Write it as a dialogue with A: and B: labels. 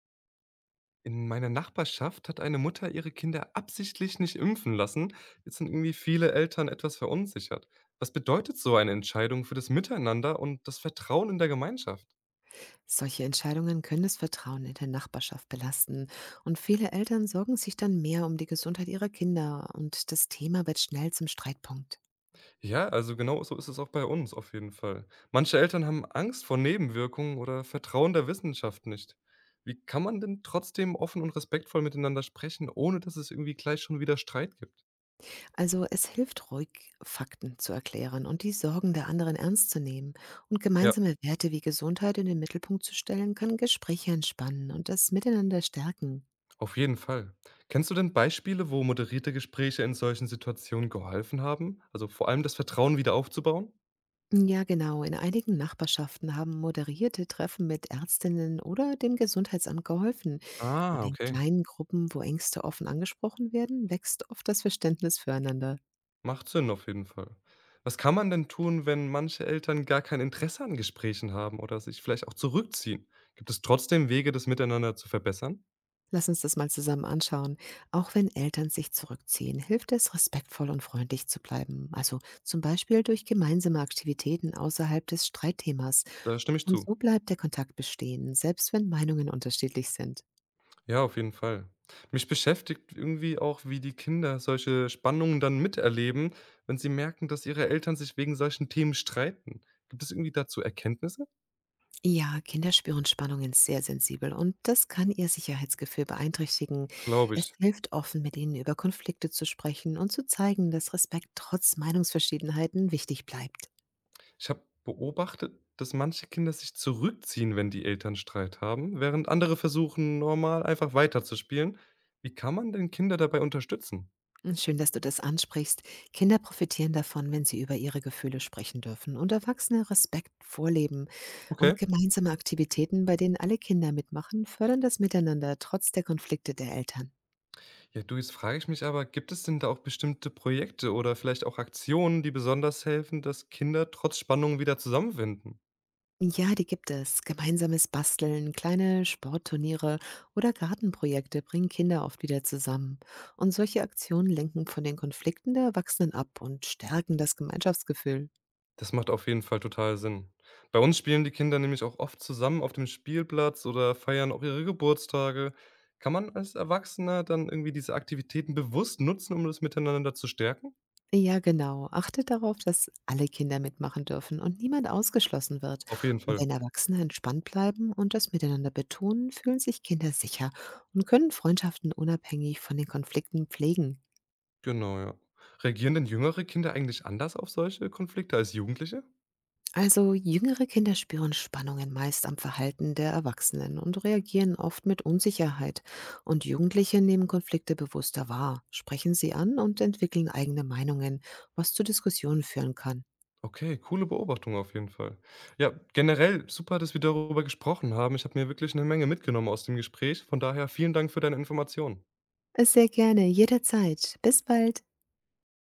A: In meiner Nachbarschaft hat eine Mutter ihre Kinder absichtlich nicht impfen lassen. Jetzt sind irgendwie viele Eltern etwas verunsichert. Was bedeutet so eine Entscheidung für das Miteinander und das Vertrauen in der Gemeinschaft?
B: Solche Entscheidungen können das Vertrauen in der Nachbarschaft belasten und viele Eltern sorgen sich dann mehr um die Gesundheit ihrer Kinder und das Thema wird schnell zum Streitpunkt.
A: Ja, also genau so ist es auch bei uns auf jeden Fall. Manche Eltern haben Angst vor Nebenwirkungen oder vertrauen der Wissenschaft nicht. Wie kann man denn trotzdem offen und respektvoll miteinander sprechen, ohne dass es irgendwie gleich schon wieder Streit gibt?
B: Also es hilft ruhig, Fakten zu erklären und die Sorgen der anderen ernst zu nehmen und
A: Ja.
B: gemeinsame Werte wie Gesundheit in den Mittelpunkt zu stellen, kann Gespräche entspannen und das Miteinander stärken.
A: Auf jeden Fall. Kennst du denn Beispiele, wo moderierte Gespräche in solchen Situationen geholfen haben? Also vor allem das Vertrauen wieder aufzubauen?
B: Ja, genau. In einigen Nachbarschaften haben moderierte Treffen mit Ärztinnen oder dem Gesundheitsamt geholfen.
A: Ah,
B: Und in
A: okay.
B: kleinen Gruppen, wo Ängste offen angesprochen werden, wächst oft das Verständnis füreinander.
A: Macht Sinn auf jeden Fall. Was kann man denn tun, wenn manche Eltern gar kein Interesse an Gesprächen haben oder sich vielleicht auch zurückziehen? Gibt es trotzdem Wege, das miteinander zu verbessern?
B: Lass uns das mal zusammen anschauen. Auch wenn Eltern sich zurückziehen, hilft es, respektvoll und freundlich zu bleiben. Also zum Beispiel durch gemeinsame Aktivitäten außerhalb des Streitthemas.
A: Da stimme ich
B: Und
A: zu.
B: so bleibt der Kontakt bestehen, selbst wenn Meinungen unterschiedlich sind.
A: Ja, auf jeden Fall. Mich beschäftigt irgendwie auch, wie die Kinder solche Spannungen dann miterleben, wenn sie merken, dass ihre Eltern sich wegen solchen Themen streiten. Gibt es irgendwie dazu Erkenntnisse?
B: Ja, Kinder spüren Spannungen sehr sensibel und das kann ihr Sicherheitsgefühl beeinträchtigen.
A: Glaube
B: Es
A: ich.
B: hilft offen, mit ihnen über Konflikte zu sprechen und zu zeigen, dass Respekt trotz Meinungsverschiedenheiten wichtig bleibt.
A: Ich habe beobachtet, dass manche Kinder sich zurückziehen, wenn die Eltern Streit haben, während andere versuchen, normal einfach weiterzuspielen. Wie kann man denn Kinder dabei unterstützen?
B: Schön, dass du das ansprichst. Kinder profitieren davon, wenn sie über ihre Gefühle sprechen dürfen und Erwachsene Respekt vorleben.
A: Okay.
B: Und gemeinsame Aktivitäten, bei denen alle Kinder mitmachen, fördern das Miteinander trotz der Konflikte der Eltern.
A: Ja, du, jetzt frage ich mich aber, gibt es denn da auch bestimmte Projekte oder vielleicht auch Aktionen, die besonders helfen, dass Kinder trotz Spannung wieder zusammenfinden?
B: Ja, die gibt es. Gemeinsames Basteln, kleine Sportturniere oder Gartenprojekte bringen Kinder oft wieder zusammen. Und solche Aktionen lenken von den Konflikten der Erwachsenen ab und stärken das Gemeinschaftsgefühl.
A: Das macht auf jeden Fall total Sinn. Bei uns spielen die Kinder nämlich auch oft zusammen auf dem Spielplatz oder feiern auch ihre Geburtstage. Kann man als Erwachsener dann irgendwie diese Aktivitäten bewusst nutzen, um das Miteinander zu stärken?
B: Ja, genau. Achtet darauf, dass alle Kinder mitmachen dürfen und niemand ausgeschlossen wird.
A: Auf jeden
B: Und
A: Fall.
B: wenn Erwachsene entspannt bleiben und das miteinander betonen, fühlen sich Kinder sicher und können Freundschaften unabhängig von den Konflikten pflegen.
A: Genau, ja. Reagieren denn jüngere Kinder eigentlich anders auf solche Konflikte als Jugendliche?
B: Also jüngere Kinder spüren Spannungen meist am Verhalten der Erwachsenen und reagieren oft mit Unsicherheit. Und Jugendliche nehmen Konflikte bewusster wahr, sprechen sie an und entwickeln eigene Meinungen, was zu Diskussionen führen kann.
A: Okay, coole Beobachtung auf jeden Fall. Ja, generell super, dass wir darüber gesprochen haben. Ich habe mir wirklich eine Menge mitgenommen aus dem Gespräch. Von daher vielen Dank für deine Informationen.
B: Sehr gerne, jederzeit. Bis bald.